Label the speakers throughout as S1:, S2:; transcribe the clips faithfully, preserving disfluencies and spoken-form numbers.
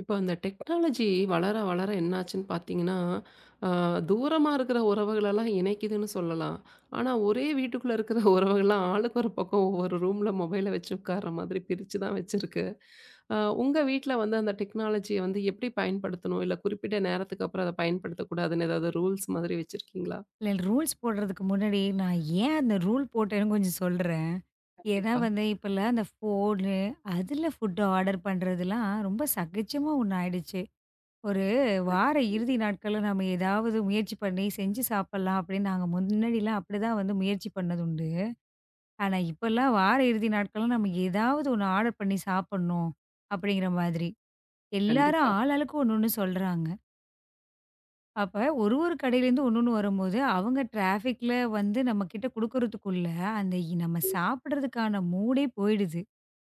S1: இப்ப அந்த டெக்னாலஜி வளர வளர என்னாச்சுன்னு பார்த்தீங்கன்னா, அ தூரமா இருக்கிற உறவுகளெல்லாம் இணைக்குதுன்னு சொல்லலாம். ஆனா, ஒரே வீட்டுக்குள்ள இருக்கிற உறவுகள்லாம் ஆளுக்கு ஒரு பக்கம் ஒவ்வொரு ரூம்ல மொபைல வச்சு உட்கார்ற மாதிரி பிரிச்சு தான் வச்சிருக்கு. அ உங்க வீட்ல வந்து அந்த டெக்னாலஜிய வந்து எப்படி பயன்படுத்தணும்? இல்ல குறிப்பிட்ட நேரத்துக்கு அப்புறம் அத பயன்படுத்தக்கூடாதுன்னு ஏதாவது ரூல்ஸ் மாதிரி வச்சிருக்கீங்களா?
S2: இல்ல ரூல்ஸ் போடுறதுக்கு முன்னாடி, நான் ஏன் அந்த ரூல் போட்டேன்னு கொஞ்சம் சொல்றேன். ஏன்னா
S1: கண்டிப்பா,
S2: வந்து இப்பல்லாம் அந்த ஃபோனு, அதில ஃபுட் ஆர்டர் பண்றதுலாம் ரொம்ப சகஜமா ஒண்ணு ஆயிடுச்சு. ஒரு வார இறுதி நாட்கள்ல நம்ம ஏதாவது முயற்சி பண்ணி செஞ்சு சாப்பிடலாம் அப்படின்னு நாங்க முன்னாடிலாம் அப்படிதான் வந்து முயற்சி பண்ணது உண்டு. ஆனா இப்பல்லாம் வார இறுதி நாட்கள்ல நம்ம ஏதாவது ஒண்ணு ஆர்டர் பண்ணி சாப்பிடணும், அப்படிங்கிற மாதிரி. எல்லாரும்
S1: கண்டிப்பா.
S2: ஆளாளுக்கு ஒண்ணு ஒண்ணு சொல்றாங்க. அப்ப ஒரு ஒரு கடையிலேருந்து ஒண்ணொண்ணு வரும்போது, அவங்க டிராஃபிக்ல வந்து நம்மகிட்ட குடுக்குறதுக்குள்ள, அந்த இ நம்ம சாப்பிடுறதுக்கான மூடே போயிடுது.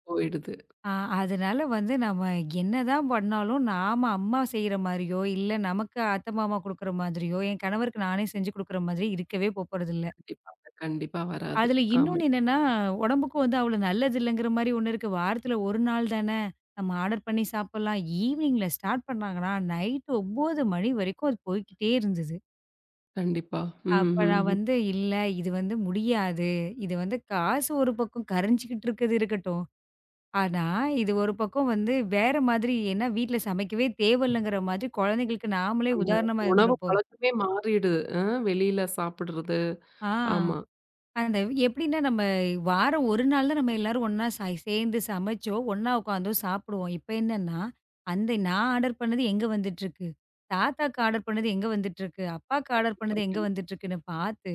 S1: போயிடுது.
S2: அ அதனால வந்து நம்ம என்னதான் பண்ணாலும், நாம அம்மா செய்ற மாரியோ, இல்ல நமக்கு அத்தை, மாமா குடுக்குற மாதிரியோ, என் கணவருக்கு நானே செஞ்சு குடுக்குற மாதிரி இருக்கவே போப்போறதில்ல.
S1: கண்டிப்பா, கண்டிப்பா வராது.
S2: அதுல
S1: ஆமா.
S2: இன்னொன்னு என்னன்னா, உடம்புக்கும் வந்து அவ்வளோ நல்லது இல்லைங்கிற மாரி ஒண்ணு இருக்கு. வாரத்துல ஒரு நாள் தானே, நம்ம ஆர்டர் பண்ணி சாப்பிடலாம். ஈவினிங்ல ஸ்டார்ட் பண்ணாங்கன்னா, நைட் ஒன்பது மணி வரைக்கும் அது போய்க்கிட்டே இருந்தது.
S1: கண்டிப்பா. ம்,
S2: அப்ப
S1: ம்,
S2: நான்
S1: ம்.
S2: வந்து, "இல்ல இது வந்து முடியாது. இது வந்து காசு ஒரு பக்கம் கரஞ்சுகிட்டு இருக்கிறது இருக்கட்டும். ஆனா, இது ஒரு பக்கம் வந்து வேற மாதிரி ஏன்னா வீட்ல சமைக்கவே தேவையில்லங்கிற மாதிரி குழந்தைங்களுக்கு நாமளே
S1: அந்த
S2: உதாரணமா இருந்துற
S1: உணவு
S2: போறோம்."
S1: பழக்கமே மாறிடுது. அ வெளியில சாப்பிடுறது.
S2: ஆ.
S1: ஆமா.
S2: அந்த எப்படின்னா, நம்ம வாரம் ஒரு நாள் தான் நம்ம எல்லாரும் ஒண்ணா ச சேர்ந்து சமைச்சோம், ஒண்ணா உட்காந்தோம் சாப்பிடுவோம். இப்ப என்னன்னா, அந்த நான் ஆர்டர் பண்ணது எங்க வந்துட்டுருக்கு? தாத்தாக்கு ஆர்டர் பண்ணது எங்க வந்துட்டுருக்கு? அப்பாக்கு ஆர்டர்
S1: கண்டிப்பா,
S2: பண்ணது எங்க
S1: கண்
S2: வந்துட்டுருக்குன்னு பார்த்து,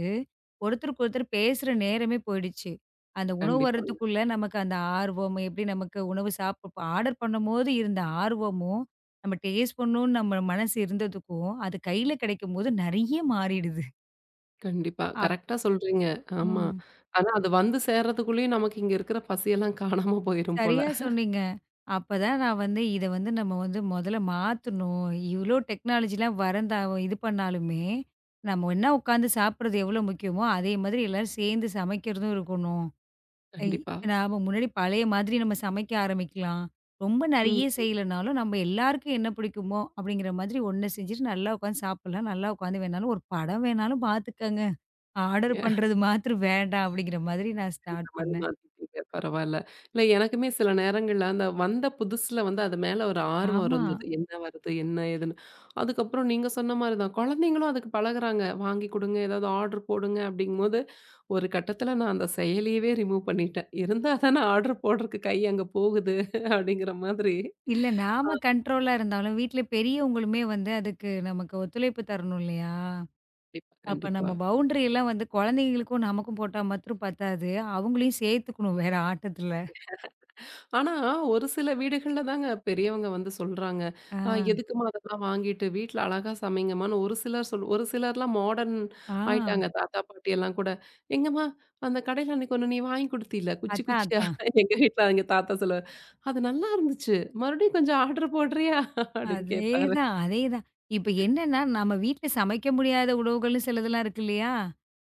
S2: ஒருத்தருக்கு ஒருத்தர் பேசுற நேரமே போயிடுச்சு. அந்த உணவு
S1: கண்டிப்பாங்க.
S2: வரதுக்குள்ள நமக்கு அந்த ஆர்வம், எப்படி நமக்கு உணவு சாப்ப ஆர்டர் பண்ணும்போது இருந்த ஆர்வமும், நம்ம டேஸ்ட் பண்ணணும்னு நம்ம மனசு இருந்ததுக்கும், அது கையில கிடைக்கும்போது நெறைய மாறிடுது.
S1: கண்டிப்பா.
S2: அப்
S1: கரெக்ட்டா சொல்றீங்க. ஆமா.
S2: ம்.
S1: ஆனா அது வந்து சேர்றதுக்குள்ளயும் நமக்கு இங்க இருக்கிற பசியெல்லாம் காணாம போயிரும் போல.
S2: சரியா சொன்னீங்க. அப்பதான் நான் வந்து இத வந்து நம்ம வந்து முதல்ல மாத்தணும். இவ்ளோ டெக்னாலஜிலாம் வரந்தா இது பண்ணாலுமே, நம்ம ஒண்ணா உட்காந்து சாப்பிடுறது எவ்ளோ முக்கியமோ, அதே மாதிரி எல்லாரும் சேர்ந்து சமைக்கிறதும் இருக்கணும். ஐ.
S1: கண்டிப்பா.
S2: நாம முன்னாடி பழைய மாதிரி நம்ம சமைக்க ஆரம்பிக்கலாம். ரொம்ப நெறைய
S1: ம்.
S2: செய்யலனாலும், நம்ம எல்லாருக்கும் என்ன பிடிக்குமோ அப்படிங்கிற மாதிரி ஒண்ணு செஞ்சுட்டு நல்லா உட்காந்து சாப்பிடலாம். நல்லா உட்காந்து வேணாலும் ஒரு படம் வேணாலும் பார்த்துக்கங்க. ஆர்டர்
S1: ஏ, அந்த
S2: பண்றது மாத்திரம் வேண்டாம் அப்படிங்கிற மாதிரி நான் ஸ்டார்ட்
S1: மாரி
S2: பண்ணேன்.
S1: மாத்திட்டீங்க. பரவால்ல. இல்ல எனக்குமே சில நேரங்கள்ல அந்த வந்த புதுசுல வந்து அது மேல ஒரு ஆர்வம்
S2: ஆமா.
S1: இருந்தது. என்ன வருது? என்ன ஏதுன்னு? அதுக்கப்புறம் நீங்க சொன்ன மாரி தான். குழந்தைங்களும் அதுக்கு பழகுறாங்க. வாங்கி குடுங்க, ஏதாவது ஆர்டர் போடுங்க அப்படிங்கும்போது ஒரு கட்டத்தில நான் அந்த செயலியவே ரிமூவ் பண்ணிட்டேன். இருந்தா தானே ஆர்டர் போடுறக்கு கை அங்க போகுது அப்படிங்கிற மாதிரி.
S2: இல்ல நாம கண்ட்ரோலா இருந்தாலும், வீட்ல பெரியவங்களுமே வந்து அதுக்கு நமக்கு ஒத்துழைப்பு தரணும் இல்லையா?
S1: கண்டிப்பா.
S2: அப்ப
S1: கண்டிப்பா.
S2: நம்ம பவுண்டரி எல்லாம் வந்து குழந்தைங்களுக்கும், நமக்கும் போட்டா மட்டும் பத்தாது. அவங்களையும் சேர்த்துக்கணும் வேற ஆட்டத்துல.
S1: ஆனா ஒரு சில வீடுகள்ல தாங்க பெரியவங்க வந்து சொல்றாங்க.
S2: ஆ,
S1: "அ எதுக்கும்மா அதெல்லாம் வாங்கிட்டு வீட்ல அழகா சமைங்கம்மான்னு" ஒரு சிலர் சொல் ஒரு சிலர்லாம் மாடர்ன்
S2: ஆ
S1: ஆயிட்டாங்க தாத்தா, பாட்டி எல்லாம் கூட. "எங்கம்மா அந்த கடையில அன்னைக்கு ஒண்ணு நீ வாங்கி குடுத்தீல குச்சி
S2: அதான்,
S1: குச்சியா"
S2: அதான்.
S1: எங்க வீட்ல எங்க தாத்தா சொல்லுவாரு. "அது நல்லா இருந்துச்சு. மறுபடியும் கொஞ்சம் ஆர்டர் போடுறியா?" அப்படின்னு கேட்பாரு.
S2: அதேதான், அதேதான். இப்ப என்னன்னா, நம்ம வீட்ல சமைக்க முடியாத உணவுகள்னு சிலதெல்லாம் இருக்கு இல்லையா?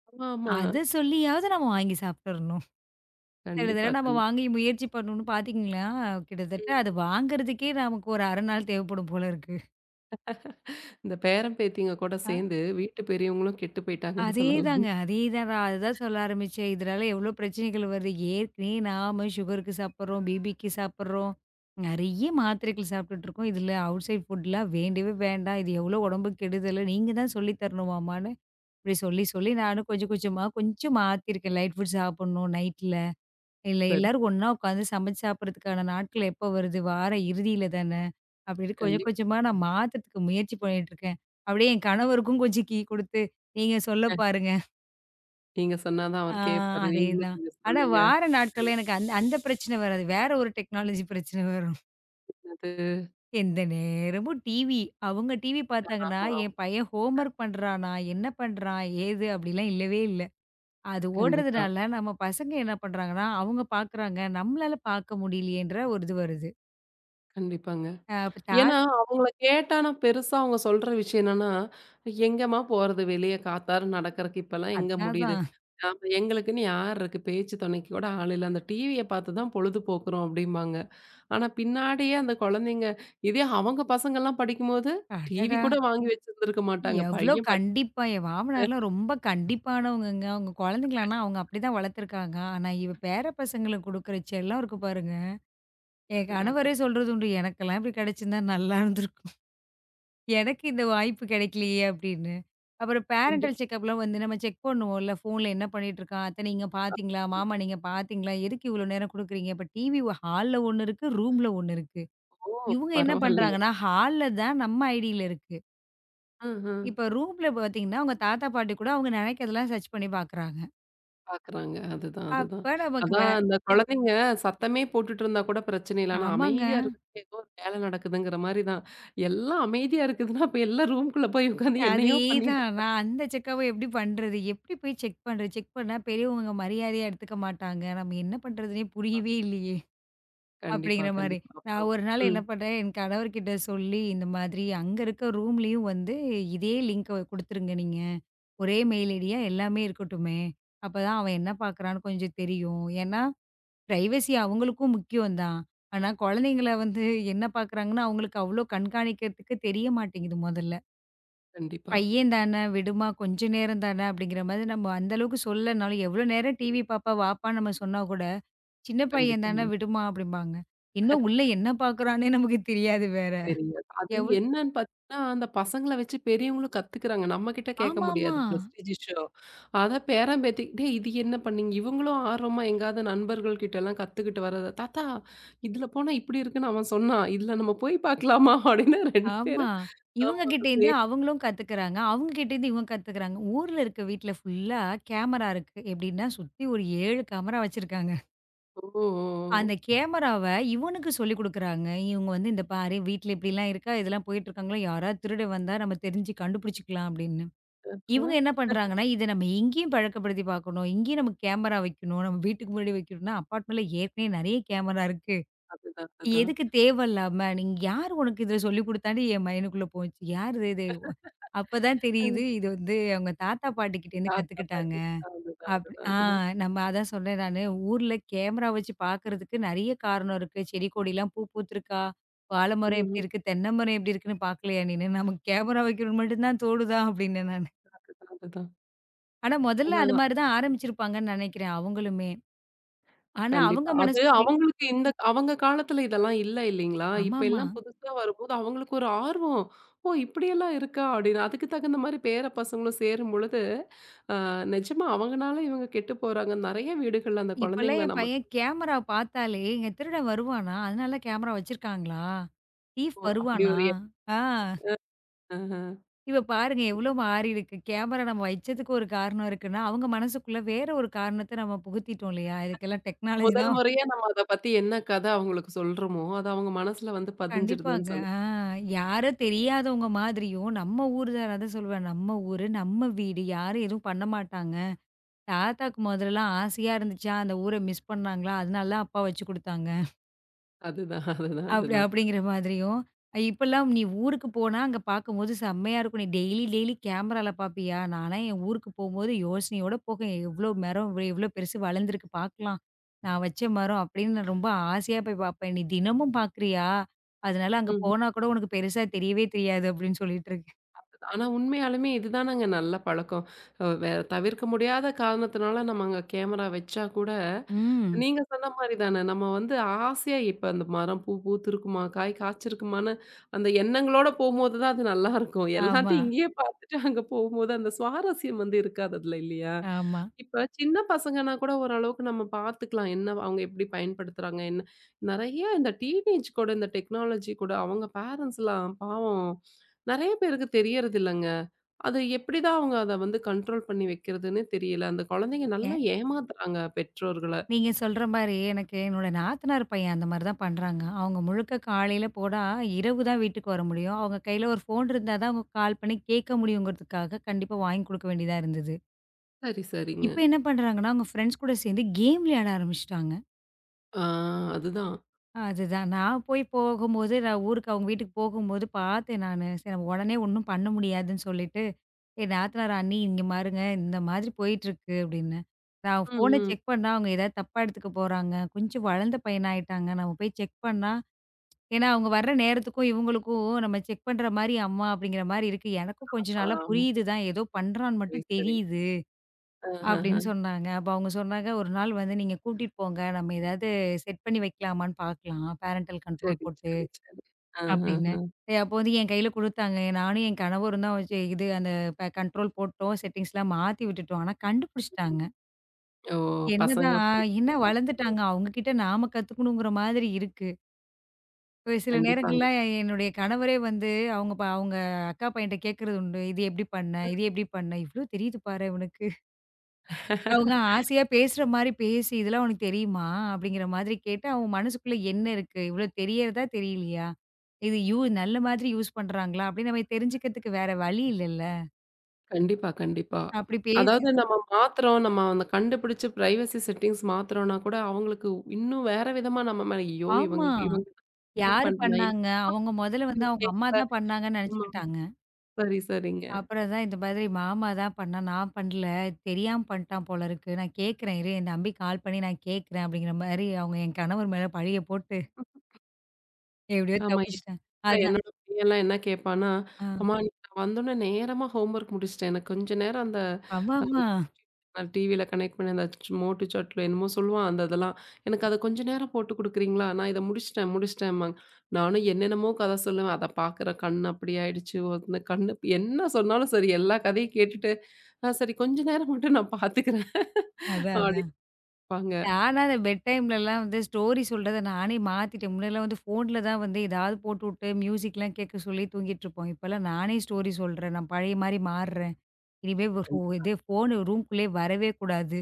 S1: ஆமா, ஆமா.
S2: அத சொல்லியாவது நம்ம வாங்கி சாப்பிட்டுறணும். சில தடவ
S1: கண்டிப்பா.
S2: நம்ம
S1: கண்
S2: வாங்கி முயற்சி பண்ணணும்னு பார்த்தீங்களா, கிட்டத்தட்ட அது வாங்குறதுக்கே நமக்கு ஒரு அரை நாள் தேவைப்படும் போல இருக்கு.
S1: இந்த பேரன், பேத்திங்க கூட சேர்ந்து வீட்டு பெரியவங்களும் கெட்டு போயிட்டாங்கன்னு சொல்லலாம்.
S2: அதேதாங்க. அதேதான் நான் அதுதான் சொல்ல ஆரம்பிச்சேன். இதனால எவ்ளோ பிரச்சனைகள் வருது. ஏற்கனவே நாம சுகருக்கு சாப்பிடுறோம், பிபிக்கு சாப்பிடுறோம். நெறைய மாத்திரைகள் சாப்பிட்டுட்டு இருக்கோம். இதில அவுட்சைட் ஃபுட்லாம் வேண்டவே வேண்டாம். இது எவ்ளோ உடம்புக்கு கெடுதலு. நீங்க தான் சொல்லி தரணுமாமான்னு, இப்படி சொல்லி சொல்லி நானும் கொஞ்சம் கொஞ்சமா கொஞ்சம் மாத்திருக்கேன். லைட் ஃபுட் சாப்பிடணும் நைட்ல. இல்ல
S1: சரி,
S2: எல்லாரும் ஒண்ணா உட்காந்து சமைச்சு சாப்பிடுறதுக்கான நாட்கள் எப்ப வருது? வார இறுதியில தான. அப்படின்னு கொஞ்சம்
S1: கண்டிப்பா.
S2: கொஞ்சமா நான் மாத்துறதுக்கு முயற்சி பண்ணிட்டு இருக்கேன். அப்படியே என் கணவருக்கும் கொஞ்சம் கீ குடுத்து, நீங்க சொல்ல பாருங்க.
S1: நீங்க சொன்னா தான்
S2: ஆ
S1: அவர் கேட்பாரு. நீங்களும்
S2: அதேதான்.
S1: கொஞ்சம்
S2: ஆனா
S1: சொல்லுங்க.
S2: வார நாட்கள்ல எனக்கு அந்த அந்த பிரச்சனை வராது. வேற ஒரு டெக்னாலஜி பிரச்சனை வரும்.
S1: அது
S2: எந்த நேரமும் டிவி. அவங்க டிவி
S1: ஆமா,
S2: பார்த்தாங்கன்னா,
S1: ஆமா.
S2: என் பையன் ஹோம்வொர்க் பண்றானா? என்ன பண்றான்? ஏது? அப்படிலாம் இல்லவே இல்ல. அது
S1: கண்டிப்பா,
S2: ஓடுறதுனால நம்ம பசங்க என்ன பண்றாங்கன்னா, அவங்க பார்க்குறாங்க. நம்மளால பார்க்க முடியலையேன்ற ஒரு இது வருது.
S1: கண்டிப்பாங்க.
S2: அ அப்ப தா
S1: ஏன்னா, அவங்கள கேட்டா நான் பெருசா அவங்க சொல்ற விஷயம் என்னன்னா, எங்கேம்மா போறது வெளிய காத்தாட நடக்கறக்கு இப்பலாம் எங்க முடியுது?
S2: அதான்.
S1: ஆமா, எங்களுக்குன்னு யார் இருக்கு? பேச்சு துணைக்கு கூட ஆள் இல்ல. அந்த டிவிய பார்த்து தான் பொழுது போக்குறோம் அப்டிம்பாங்க. ஆனா, பின்னாடியே அந்த குழந்தைங்க இதே அவங்க பசங்கலாம் படிக்கும்போது, டிவி
S2: அடடா!
S1: கூட வாங்கி வச்சிருந்திருக்க மாட்டாங்க.
S2: எவ்ளோ
S1: பையன்
S2: கண்டிப்பா என் மாமனார்லாம் ரொம்ப கண்டிப்பானவங்கங்க. அவங்க குழந்தைங்கள ஆனா அவங்க அப்படிதான் வளர்த்துருக்காங்க. ஆனா இவ பேர பசங்களுக்கு குடுக்குற செல்லம் இருக்கு பாருங்க. என்
S1: படிக்காதது தான்.
S2: கணவரே சொல்றது உண்டு. "எனக்கெல்லாம் இப்படி கிடைச்சிருந்தா நல்லா இருந்திருக்கும். எனக்கு இந்த வாய்ப்பு கிடைக்கலையே" அப்படின்னு. அப்புறம்
S1: கண்டிப்பா.
S2: பேரன்டல் செக்கப்லாம் வந்து நம்ம செக் பண்ணுவோம்ல, ஃபோன்ல என்ன பண்ணிட்டு இருக்கான்? "அத்தை நீங்க பார்த்தீங்களா? மாமா நீங்க பார்த்தீங்களா? எதுக்கு இவ்வளோ நேரம் குடுக்குறீங்க?" இப்ப டிவி ஹால்ல ஒண்ணு இருக்கு, ரூம்ல ஒண்ணு இருக்கு.
S1: ஓ!
S2: இவங்க என்ன
S1: பரவாயில்லையே.
S2: பண்றாங்கன்னா, ஹால்ல தான் நம்ம ஐடியில இருக்கு.
S1: ம்ஹ்ம்.
S2: இப்ப ரூம்ல பார்த்தீங்கன்னா, அவங்க தாத்தா, பாட்டி கூட அவங்க நினைக்கிறதெல்லாம் சர்ச் பண்ணி பார்க்குறாங்க.
S1: பாக்குறாங்க. அதுதான், அதுதான்.
S2: அப்ப நமக்கு
S1: அதான்
S2: வே
S1: அந்த குழந்தைங்க சத்தமே போட்டுட்டு இருந்தா கூட பிரச்சனை இல்ல. ஆனா
S2: ஆமாங்க.
S1: அமைதியா இருக்கிறது ஏதோ ஒரு வேலை நடக்குதுங்கிற மாரி தான். எல்லாம் அமைதியா இருக்குதுன்னா, அப்ப எல்லாம் ரூம்குள்ள போய் உட்காந்து என்னையோ பண்ணிட்டு
S2: அதேதான். நான் அந்த செக்கப் எப்படி பண்றது? எப்படி போய் செக் பண்றது? செக் பண்ணா பெரியவங்க மரியாதையா எடுத்துக்க மாட்டாங்க. நம்ம என்ன பண்றதுன்னே புரியவே இல்லையே!
S1: கண்டிப்பா,
S2: அப்படிங்கிற மாரி.
S1: கண்டிப்பா.
S2: நான்
S1: அப்புறம்
S2: ஒரு நாள் என்ன
S1: ம்.
S2: பண்றேன், என் கணவர்கிட்ட சொல்லி, இந்த மாதிரி அங்க இருக்க ரூம்லயும் வந்து இதே லிங்க்க குடுத்துருங்க நீங்க. ஒரே மெயில் ஐடியா எல்லாமே இருக்கட்டுமே! அப்பதான் அவன் என்ன பார்க்குறான்னு கொஞ்சம் தெரியும். ஏன்னா, பிரைவசி அவங்களுக்கும் முக்கியம் தான். ஆனா, குழந்தைங்கள வந்து என்ன பார்க்குறாங்கன்னு அவங்களுக்கு அவ்ளோ கண்காணிக்கிறதுக்கு தெரிய மாட்டேங்குது முதல்ல.
S1: கண்டிப்பா,
S2: பையன் தானே, விடுமா கொஞ்ச நேரம் தானே அப்படிங்கிற மாதிரி நம்ம அந்த அளவுக்கு சொல்லனாலும் எவ்வளோ நேரம் டிவி பாப்பா வாப்பான்னு நம்ம சொன்னா கூட, சின்ன பையன்
S1: கண்டிப்பாங்க.
S2: தானே விடுமா அப்படிம்பாங்க. இன்னும் உள்ள என்ன பார்க்குறான்னே நமக்கு தெரியாது வேற.
S1: சரிங்க. அது
S2: எவ்ளோ
S1: என்னன்னு பார்த்தீங்கன்னா, அந்த பசங்கள வச்சு பெரியவங்களும் கத்துக்கிறாங்க. நம்மகிட்ட கேட்க
S2: ஆமாமா, ஆமா.
S1: முடியாது பிரஸ்டீஜ் இஷ்யூ. அத பேரன் பேத்தி, "டேய் இது என்ன பண்ணீங்க?" இவங்களும் ஆர்வமா எங்கேயாவது நண்பர்கள் கிட்டலாம் கத்துக்கிட்டு வர்றத, "தாத்தா இதுல போனா இப்படி இருக்குன்னு அவன் சொன்னான். இதுல நம்ம போய் பார்க்கலாமா?" அப்படின்னு ரெண்டு
S2: ஆமா
S1: பேரும்
S2: இவங்க
S1: ஆமா.
S2: கிட்டேருந்து
S1: சேம்
S2: அவங்களும் கத்துக்கிறாங்க. அவங்க கிட்டேருந்து இவங்க கத்துக்கிறாங்க. ஊர்ல இருக்க வீட்ல ஃபுல்லா கேமரா இருக்கு. எப்படின்னா சுத்தி ஒரு ஏழு கேமரா வச்சிருக்காங்க.
S1: ஓ! ஓ!
S2: அந்த கேமராவ இவனுக்கு சொல்லிக் குடுக்குறாங்க. இவங்க வந்து இந்த பாரு வீட்ல இப்படிலாம் இருக்கா, இதெல்லாம் போயிட்டுருக்காங்களா, யாராவது திருடன் வந்தா நம்ம தெரிஞ்சு கண்டுபிடிச்சுக்கலாம் அப்படின்னு.
S1: ஓ!
S2: இவங்க என்ன
S1: ஆ
S2: பண்றாங்கன்னா, இத நம்ம இங்கேயும் பழக்கப்படுத்தி பார்க்கணும். இங்கேயும் நம்ம கேமரா வைக்கணும். நம்ம வீட்டுக்கு முன்னாடி வைக்கணும்னா, அப்பார்ட்மெண்ட்ல ஏற்கனவே நெறைய கேமரா இருக்கு.
S1: அதுதான், அதுதான்.
S2: எதுக்கு தேவையில்லாம நீங்க யாரு உனக்கு இத சொல்லிக் குடுத்தான்னு என் மைண்டுக்குள்ள போச்சு. யாரு இது? இது? அப்பதான் தெரியுது இது வந்து அவங்க தாத்தா பாட்டி கிட்டேருந்து
S1: தாத்தா,
S2: கத்துக்கிட்டாங்க.
S1: பாட்டி. அதுதான்,
S2: அப்படி
S1: அதுதான்,
S2: ஆ
S1: அதுதான்.
S2: நம்ம அதான் சொன்னேன் நானு. ஊர்ல கேமரா வச்சு பார்க்கறதுக்கு நெறைய காரணம் இருக்கு. செடி கொடிலாம் பூ பூத்திருக்கா? வாழை
S1: ம்,
S2: மரம் எப்படி
S1: ம்.
S2: இருக்கு? தென்னை மரம் எப்படி இருக்குன்னு பார்க்கலையா நீனு? நமக்கு கேமரா வைக்கணும்னு மட்டும் தான் தோணுதா? அப்படின்னேன் நானு.
S1: அதுதான், அதுதான்.
S2: ஆனா முதல்ல அது
S1: அதான்.
S2: மாரி தான் ஆரம்பிச்சிருப்பாங்கன்னு நெனைக்கிறேன் அவங்களுமே. ஆனா அவங்க
S1: கண்டிப்பா. அது
S2: மனசுக்குள்
S1: அவங்களுக்கு இந்த அவங்க காலத்துல இதெல்லாம் இல்ல இல்லீங்களா? இப்ப
S2: ஆமாமா.
S1: எல்லாம் புதுசா வரும்போது அவங்களுக்கு ஒரு ஆர்வம். "ஓ! இப்படியெல்லாம் இருக்கா?" அப்படின்னு. அதுக்கு தகுந்த மாரி பேர பசங்களும் சேரும்பொழுது, அ நிஜமா அவங்கனால இவங்க கெட்டு போறாங்க. நெறைய வீடுகள்ல அந்த
S2: இப்பலாம்
S1: குழந்தைங்கள
S2: என்
S1: நம்ம
S2: பையன் கேமரா பார்த்தாலே, "எங்க திருடன் வருவானா? அதனால கேமரா வச்சிருக்காங்களா? தீஃப்
S1: இப்போ அப்படி
S2: வருவானா?"
S1: ஒரு எ
S2: ஆ.
S1: ஆஹ.
S2: இப்ப பாருங்க எவ்ளோ மாறியிருக்கு. கேமரா நம்ம வச்சதுக்கு ஒரு காரணம் இருக்குன்னா, அவங்க மனசுக்குள்ள வேற ஒரு காரணத்த நம்ம புகுத்திட்டோம் இல்லையா? இதுக்கெல்லாம் டெக்னாலஜி
S1: முதல்
S2: தான்
S1: முறையா நம்ம அத பத்தி என்ன கதை அவங்களுக்கு சொல்றோமோ, அது அவங்க மனசுல வந்து
S2: கண்டிப்பாங்க.
S1: பதிஞ்சிருதுன்னு சொல்லு
S2: ஆ யாரோ தெரியாதவங்க மாதிரியும், நம்ம ஊரு தான் அதான் சொல்லுவேன். நம்ம ஊரு, நம்ம வீடு யாரும் எதுவும் பண்ண மாட்டாங்க. தாத்தாக்கு முதல்லலாம் ஆசையா இருந்துச்சா, அந்த ஊர மிஸ் பண்ணாங்களா? அதனால தான் அப்பா வச்சு குடுத்தாங்க.
S1: அதுதான், அதுதான்,
S2: அப்படி
S1: அதுதான்.
S2: அப்படிங்கிற மாதிரியும். இப்பலாம் நீ ஊருக்கு போனா அங்க பார்க்கும்போது செம்மையா இருக்கும். நீ டெய்லி டெய்லி கேமரால பார்ப்பியா? நான்லாம் என் ஊருக்கு போம்போது யோசனையோட போவேன். எவ்ளோ மரம் எவ்ளோ பெருசு வளர்ந்துருக்கு பார்க்கலாம். நான் வச்ச மரம் அப்படின்னு நான் ரொம்ப ஆசையா போய் பார்ப்பேன். நீ தினமும் பார்க்குறியா? அதனால அங்க
S1: ம்ஹ்ம்.
S2: போனா கூட உனக்கு பெருசா தெரியவே தெரியாது அப்படின்னு சொல்லிட்டு இருக்கேன்.
S1: ஆனா உண்மையாலுமே இதுதானங்க நல்ல பழக்கம். அ வேற தவிர்க்க முடியாத காரணத்தினால நம்ம அங்க கேமரா வச்சா கூட
S2: ம்.
S1: நீங்க சொன்ன மாரி தானே. நம்ம வந்து ஆசையா இப்ப அந்த மரம் பூ பூத்திருக்குமா? காய் காய்ச்சிருக்குமான்னு அந்த எண்ணங்களோட போம்போது தான் அது நல்லாருக்கும்.
S2: ஆமா,
S1: எல்லாத்தையும் இங்கேயே பார்த்துட்டு அங்க போம்போது அந்த சுவாரஸ்யம் வந்து இருக்காது அதுல இல்லையா?
S2: ஆமா.
S1: இப்ப சின்ன பசங்கன்னா கூட ஓரளவுக்கு நம்ம பார்த்துக்கலாம். என்ன அவங்க எப்படி பயன்படுத்துறாங்க? என்ன நெறைய இந்த டீனேஜ் கூட இந்த டெக்னாலஜி கூட அவங்க பேரண்ட்ஸ்லாம் பாவம் நெறைய பேருக்கு தெரியறதில்லங்க. அது எப்படிதான் அவங்க அத வந்து கண்ட்ரோல் பண்ணி வைக்கிறதுன்னே தெரியல. அந்த குழந்தைங்க நல்லா ஏமாத்துறாங்க பெற்றோர்கள.
S2: நீங்க சொல்ற மாரி, எனக்கு என்னோட நாத்தனார் பையன் அந்த மாரி தான் பண்றாங்க. அவங்க முழுக்க காலையில போனா, இரவு தான் வீட்டுக்கு வர முடியும். அவங்க கையில ஒரு ஃபோன் இருந்தா தான் அவங்க கால் பண்ணி கேட்க முடியுங்கிறதுக்காக, கண்டிப்பா வாங்கி குடுக்க வேண்டியதா இருந்தது.
S1: சரி, சரிங்க.
S2: இப்ப என்ன பண்றாங்கன்னா, அவங்க ஃப்ரெண்ட்ஸ் கூட சேர்ந்து கேம் விளையாட ஆரம்பிச்சுட்டாங்க.
S1: ஆ அதுதான்.
S2: அதுதான். நான் போய் போகும்போது, நான் ஊருக்கு அவங்க வீட்டுக்கு போகும்போது பார்த்தேன் நானு. சரி நம்ம உடனே ஒண்ணும் பண்ண முடியாதுன்னு சொல்லிட்டு, என் நாத்தனார் "அண்ணி இங்க பாருங்க, இந்த மாதிரி போயிட்டுருக்கு" அப்படின்னேன். நான்
S1: ம்,
S2: ஃபோன
S1: ம்.
S2: செக் பண்ணா அவங்க ஏதாவது தப்பா எடுத்துக்க போறாங்க. கொஞ்சம் வளர்ந்த பையனா ஆயிட்டாங்க. நம்ம போய் செக் பண்ணா ஏன்னா அவங்க வர்ற நேரத்துக்கும், இவங்களுக்கும் நம்ம செக் பண்ற மாரி அம்மா அப்படிங்கிற மாரி இருக்கு. எனக்கும் கொஞ்ச நாளா
S1: ஆமா.
S2: புரியுது தான். ஏதோ பண்றான்னு
S1: சரி,
S2: மட்டும்
S1: சரி.
S2: தெரியுது.
S1: ஆஹஹ.
S2: அப்படின்னு சொன்னாங்க. அப்ப அவங்க சொன்னாங்க, "ஒரு நாள் வந்து நீங்க கூட்டிட்டு போங்க. நம்ம ஏதாவது செட் பண்ணி வைக்கலாமான்னு பார்க்கலாம். பேரன்டல் கண்ட்ரோல்
S1: சரி,
S2: போட்டு"
S1: சரி, சரி.
S2: அப்படின்னு.
S1: ஆஹஹ.
S2: எ அப்போ வந்து என் கையில குடுத்தாங்க. நானும் என் கணவரும் தான் வச்சு இது அந்த ப கண்ட்ரோல் போட்டோம். செட்டிங்ஸ்லாம் மாத்தி விட்டுட்டோம். ஆனா கண்டுபிடிச்சுட்டாங்க.
S1: ஓ!
S2: என்னதான்
S1: பசங்களுக்கு
S2: என்ன
S1: தெரியணும்.
S2: வளர்ந்துட்டாங்க. அவங்க கிட்ட நாம கத்துக்கணுங்கிற மாதிரி இருக்கு. ஒரு சில
S1: கண்டிப்பாங்க.
S2: நேரங்கள்ல என்னுடைய கணவரே வந்து அவங்க ப அவங்க அக்கா பையன்ட்ட கேட்கறது உண்டு. "இது எப்படி பண்ண? இது எப்படி பண்ண? இவ்ளோ தெரியுது பாரேன் இவனுக்கு." அவங்க ஆசையா பேசுற மாரி பேசி, "இதெல்லாம் உனக்கு தெரியுமா?" அப்படிங்கிற மாதிரி கேட்டு, அவன் மனசுக்குள்ள என்ன இருக்கு? இவ்ளோ தெரியறதா, தெரியலையா? இது யூ நல்ல மாதிரி யூஸ் பண்றாங்களா? அப்படின்னு நம்ம தெரிஞ்சுக்கிறதுக்கு வேற வழி இல்லல்ல.
S1: கண்டிப்பா, கண்டிப்பா.
S2: அப்படி பேசி
S1: அதாவது நம்ம மாத்துறோம், நம்ம அந்த கண்டுபிடிச்சு பிரைவசி செட்டிங்ஸ் மாத்துறோம்னா கூட, அவங்களுக்கு இன்னும் வேற விதமா நம்ம மேல ஐயோ! இவங்க
S2: ஆமா.
S1: இவங்க எல்லாமே
S2: யாரு
S1: பண்ணலாம்.
S2: பண்ணாங்க? அவங்க மொதல்ல வந்து
S1: என்
S2: அவங்க அம்மா
S1: கேட்கல.
S2: தான் பண்ணாங்கன்னு
S1: ஆமா.
S2: நெனச்சுக்கிட்டாங்க.
S1: சரி, சரிங்க.
S2: அப்புறம் தான் இந்த மாதிரி மாமா தான் பண்ணா, நான் பண்ணல. தெரியாம பண்ணிட்டான் போல இருக்கு. நான் கேட்கிறேன் இரு, என் தம்பி கால் பண்ணி நான் கேட்கிறேன் அப்படிங்கிற மாரி அவங்க என் கணவர் மேல பழிய போட்டு எப்படியோ
S1: ஆமா.
S2: தப்பிச்சுட்டாங்க.
S1: இல்ல
S2: அதான்.
S1: என்னோட பையன்லாம் என்ன கேட்பான்னா,
S2: ஆ.
S1: அம்மா நீ நான் வந்தோனே நேரமா ஹோம்வொர்க் முடிச்சுட்டேன். எனக்கு கொஞ்ச நேரம் அந்த
S2: ஆமாமா.
S1: நான் டிவில கனெக்ட் பண்ணி அந்த ச் மோட்டு சட்டிலோ என்னமோ சொல்லுவான் அந்த இதெல்லாம். எனக்கு அத கொஞ்ச நேரம் போட்டு குடுக்குறீங்களா? நான் இத முடிச்சுட்டேன், முடிச்சுட்டேன்பாங்க. நானும் என்னென்னமோ கதை சொல்லுவேன். அத பாக்குற கண் அப்படி ஆயிடுச்சு. ஒருத்தன கண்ணு என்ன சொன்னாலும் சரி எல்லா கதையும் கேட்டுட்டு, "ஆ சரி கொஞ்ச நேரம் மட்டும் நான் பாத்துக்கிறேன்"
S2: அதான் அதான்.
S1: அப்படிம்பாங்க.
S2: நானா அந்த பெட் டைம்லலாம் வந்து ஸ்டோரி சொல்றத நானே மாத்திட்டேன். முன்னலாம் வந்து ஃபோன்ல தான் வந்து ஏதாவது போட்டுவுட்டு மியூசிக்லாம் கேட்க சொல்லி தூங்கிட்டுருப்போம். இப்பலாம் நானே ஸ்டோரி சொல்றேன். நான் பழைய மாரி மாறுறேன். இனிமே வ ஃபோ
S1: கண்டிப்
S2: இதே ஃபோனு ரூம்குள்ளேயே வரவே கூடாது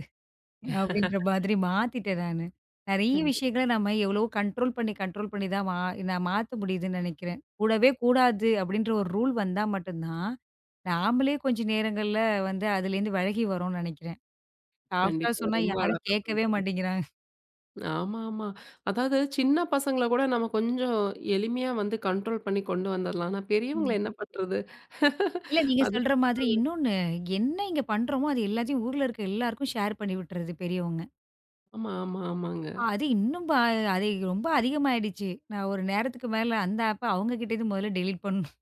S2: அப்படின்ற மாதிரி மாத்திட்டேன் நானு. நெறைய
S1: கண்டிப்
S2: விஷயங்கள நம்ம எவ்வளவோ கண்ட்ரோல் பண்ணி கண்ட்ரோல் பண்ணி தான் மா நான் மாத்த முடியுதுன்னு நெனைக்கிறேன். கூடவே கூடாது அப்படின்ற ஒரு ரூல் வந்தா மட்டும் தான், நாமளே கொஞ்சம் நேரங்கள்ல வந்து அதுலேருந்து விலகி வரோம்னு நெனைக்கிறேன். சாஃப்ட்டா
S1: கண்டிப்பா.
S2: சொன்னா
S1: ரொம்ப
S2: யாரும்
S1: அழகா
S2: கேட்கவே
S1: சொல்றீங்க.
S2: மாட்டேங்கிறாங்க.
S1: ஆமா, ஆமா. அதாவது சின்ன பசங்கள கூட நம்ம கொஞ்சம் எளிமையா வந்து கண்ட்ரோல் பண்ணி கொண்டு வந்துரலாம். ஆனா பெரியவங்கள என்ன பண்றது?
S2: இல்ல நீங்க
S1: அது
S2: சொல்ற மாதிரி இன்னொன்னு, என்ன இங்க பண்றோமோ, அது எல்லாத்தையும் ஊர்ல இருக்க எல்லாருக்கும் ஷேர் பண்ணி விட்டுறது பெரியவங்க.
S1: ஆமா, ஆமா, ஆமாங்க.
S2: ஆ, அது இன்னும் ப அது ரொம்ப அதிகமாயிடுச்சு. நான் ஒரு நேரத்துக்கு மேல அந்த ஆப்ப அவங்க கிட்டேருந்து முதல்ல டெலீட் பண்ணணும்.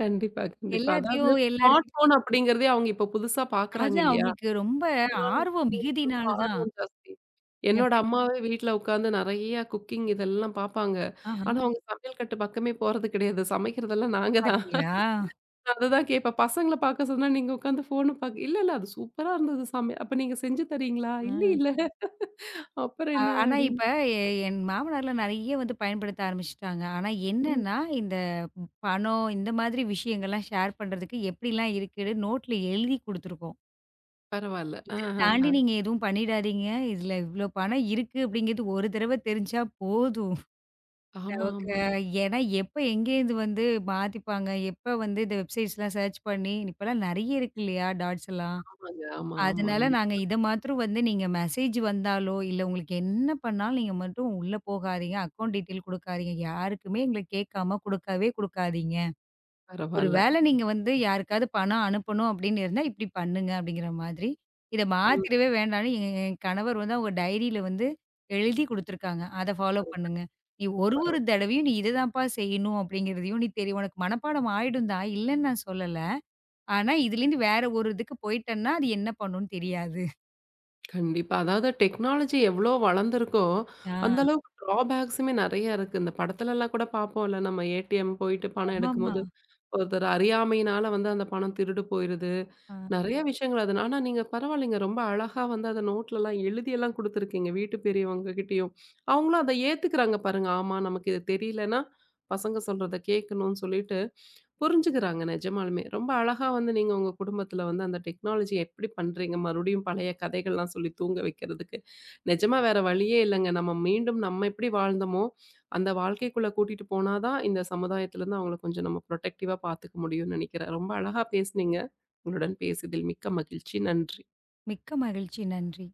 S1: கண்டிப்பா, கண்டிப்பா. அதாவது
S2: எல்லாத்தையும்
S1: ஸ்மார்ட்
S2: எல்லார்கிட்ட
S1: ஃபோன் அப்படிங்கிறதே அவங்க இப்ப புதுசா
S2: அது
S1: பாக்குறாங்க இல்லையா?
S2: அவங்களுக்கு ரொம்ப
S1: அதனால
S2: ஆர்வம்
S1: அவங்களுக்கு ரொம்ப
S2: மிகுதினால தான்.
S1: ஆர்வம் ஜாஸ்தி.
S2: என்
S1: என்னோட
S2: பெ
S1: அம்மாவே வீட்ல உட்காந்து நெறைய குக்கிங் இதெல்லாம் பாப்பாங்க.
S2: ஆஹா
S1: ஆனா அவங்க சமையல் கட்டு பக்கமே போறது கிடையாது. சமைக்கிறதெல்லாம் நாங்க தான்.
S2: பாத்தீங்களா?
S1: நான் அததான் கேட்பேன். பசங்கள பாக்க சொன்னா நீங்க உட்காந்து ஃபோன பாக்க "இல்ல, இல்ல அது சூப்பரா இருந்தது சமை அப்ப நீங்க செஞ்சு தரீங்களா?" "இல்ல, இல்ல.
S2: ஆ.
S1: அப்புறம்
S2: அ
S1: என்ன?"
S2: ஆனா
S1: அப்படின்னு.
S2: இப்ப எ என் மாமனார்லாம் நெறைய வந்து பயன்படுத்த ஆரம்பிச்சுட்டாங்க. ஆனா
S1: ம்.
S2: என்னன்னா, இந்த பணம் இந்த மாதிரி விஷயங்கள்லாம் ஷேர் பண்றதுக்கு எப்படிலாம் இருக்குன்னு நோட்ல எழுதி குடுத்துருக்கோம்.
S1: பரவால்ல.
S2: இத தாண்டி
S1: ஆஹ.
S2: நீங்க எதுவும் பண்ணிடாதீங்க. இதுல இவ்ளோ பணம் இருக்கு அப்டிங்கிறது ஒரு தடவ தெரிஞ்சா போதும்.
S1: ஆமா,
S2: நமக்கு
S1: ஆமா.
S2: ஏன்னா எப்ப எங்கேருந்து வந்து மாத்திப்பாங்க, எப்ப வந்து இந்த வெப்சைட்ஸ்லாம் சர்ச் பண்ணி இப்பலாம் நெறைய இருக்கு இல்லையா டாட்ஸ் எல்லாம்.
S1: ஆமாங்க. ஆமா, ஆமா,
S2: அதனால
S1: ஆமா.
S2: நாங்க இத மாத்திரம் வந்து நீங்க மெசேஜ் வந்தாலோ, இல்ல உங்களுக்கு என்ன பண்ணாலும் நீங்க மட்டும் உள்ள போகாதீங்க. அக்கவுண்ட் டீட்டெயில் குடுக்காதீங்க. யாருக்குமே எங்கள கேட்காம குடுக்கவே குடுக்காதீங்க. ஒரு
S1: பரவால்ல.
S2: வேள நீங்க வந்து யாருக்காவது பணம் அனுப்பணும் அப்படின்னு இருந்தா, இப்படி பண்ணுங்க அப்படிங்கிற மாதிரி. இத
S1: ம்.
S2: மாத்திடவே வேண்டாம்ன்னு எ என் கணவர் வந்து அவங்க டைரியில வந்து எழுதி குடுத்துருக்காங்க. அத ஃபாலோ
S1: பர
S2: பண்ணுங்க. நீ ஒரு ஒரு
S1: பரவா
S2: தடவையும் நீ இத தான்ப்பா செய்யணும் அப்படிங்கிறதையும் நீ தெரியும். உனக்கு மனப்பாடம் ஆயிடும் தான். இல்லன்னு நான் சொல்லல. ஆனா இதுலேருந்து வேற ஒரு இதுக்கு போயிட்டன்னா, அது என்ன பண்ணும்னு தெரியாது.
S1: கண்டிப்பா. அதாவது டெக்னாலஜி எவ்ளோ வளர்ந்திருக்கோ,
S2: ஆ.
S1: அந்த அளவுக்கு ட்ராபேக்ஸுமே நெறைய இருக்கு. இந்த படத்துலலாம் கூட பார்ப்போம்ல, நம்ம ஏ டி எம் போயிட்டு பணம்
S2: ஆமாமா.
S1: எடுக்கும்போது, ஒருத்தர் அறியாமையினால வந்து அந்த பணம் திருடு போயிருது.
S2: ஆ.
S1: நெறைய விஷயங்கள் அது. ஆனா நீங்க பரவாயில்லைங்க. ரொம்ப அழகா வந்து அத நோட்லலாம் எழுதியெல்லாம் குடுத்துருக்கீங்க. வீட்டு பெரியவங்க கிட்டயும். அவங்களும் அத ஏத்துக்கிறாங்க பாருங்க. ஆமா நமக்கு இது தெரியலன்னா, பசங்க சொல்றத கேட்கணும்னு சொல்லிட்டு புரிஞ்சுக்கிறாங்க நிஜமாலுமே. ரொம்ப அழகா வந்து நீங்க உங்க குடும்பத்துல வந்து அந்த டெக்னாலஜி எப்படி பண்றீங்க? மறுபடியும் பழைய கதைகள்லாம் சொல்லி தூங்க வைக்கிறதுக்கு. நிஜமா வேற வழியே இல்லங்க. நம்ம மீண்டும் நம்ம எப்படி வாழ்ந்தோமோ, அந்த வாழ்க்கைக்குள்ள கூட்டிட்டு போனா தான் இந்த சமுதாயத்துலருந்து அவங்கள கொஞ்சம் நம்ம புரொடெக்டிவா பார்த்துக்க முடியும்னு நெனைக்கிறேன். ரொம்ப அழகா பேசுனீங்க. உங்களுடன் பேசியதில் மிக்க மகிழ்ச்சி. நன்றி.
S2: மிக்க மகிழ்ச்சி. நன்றி.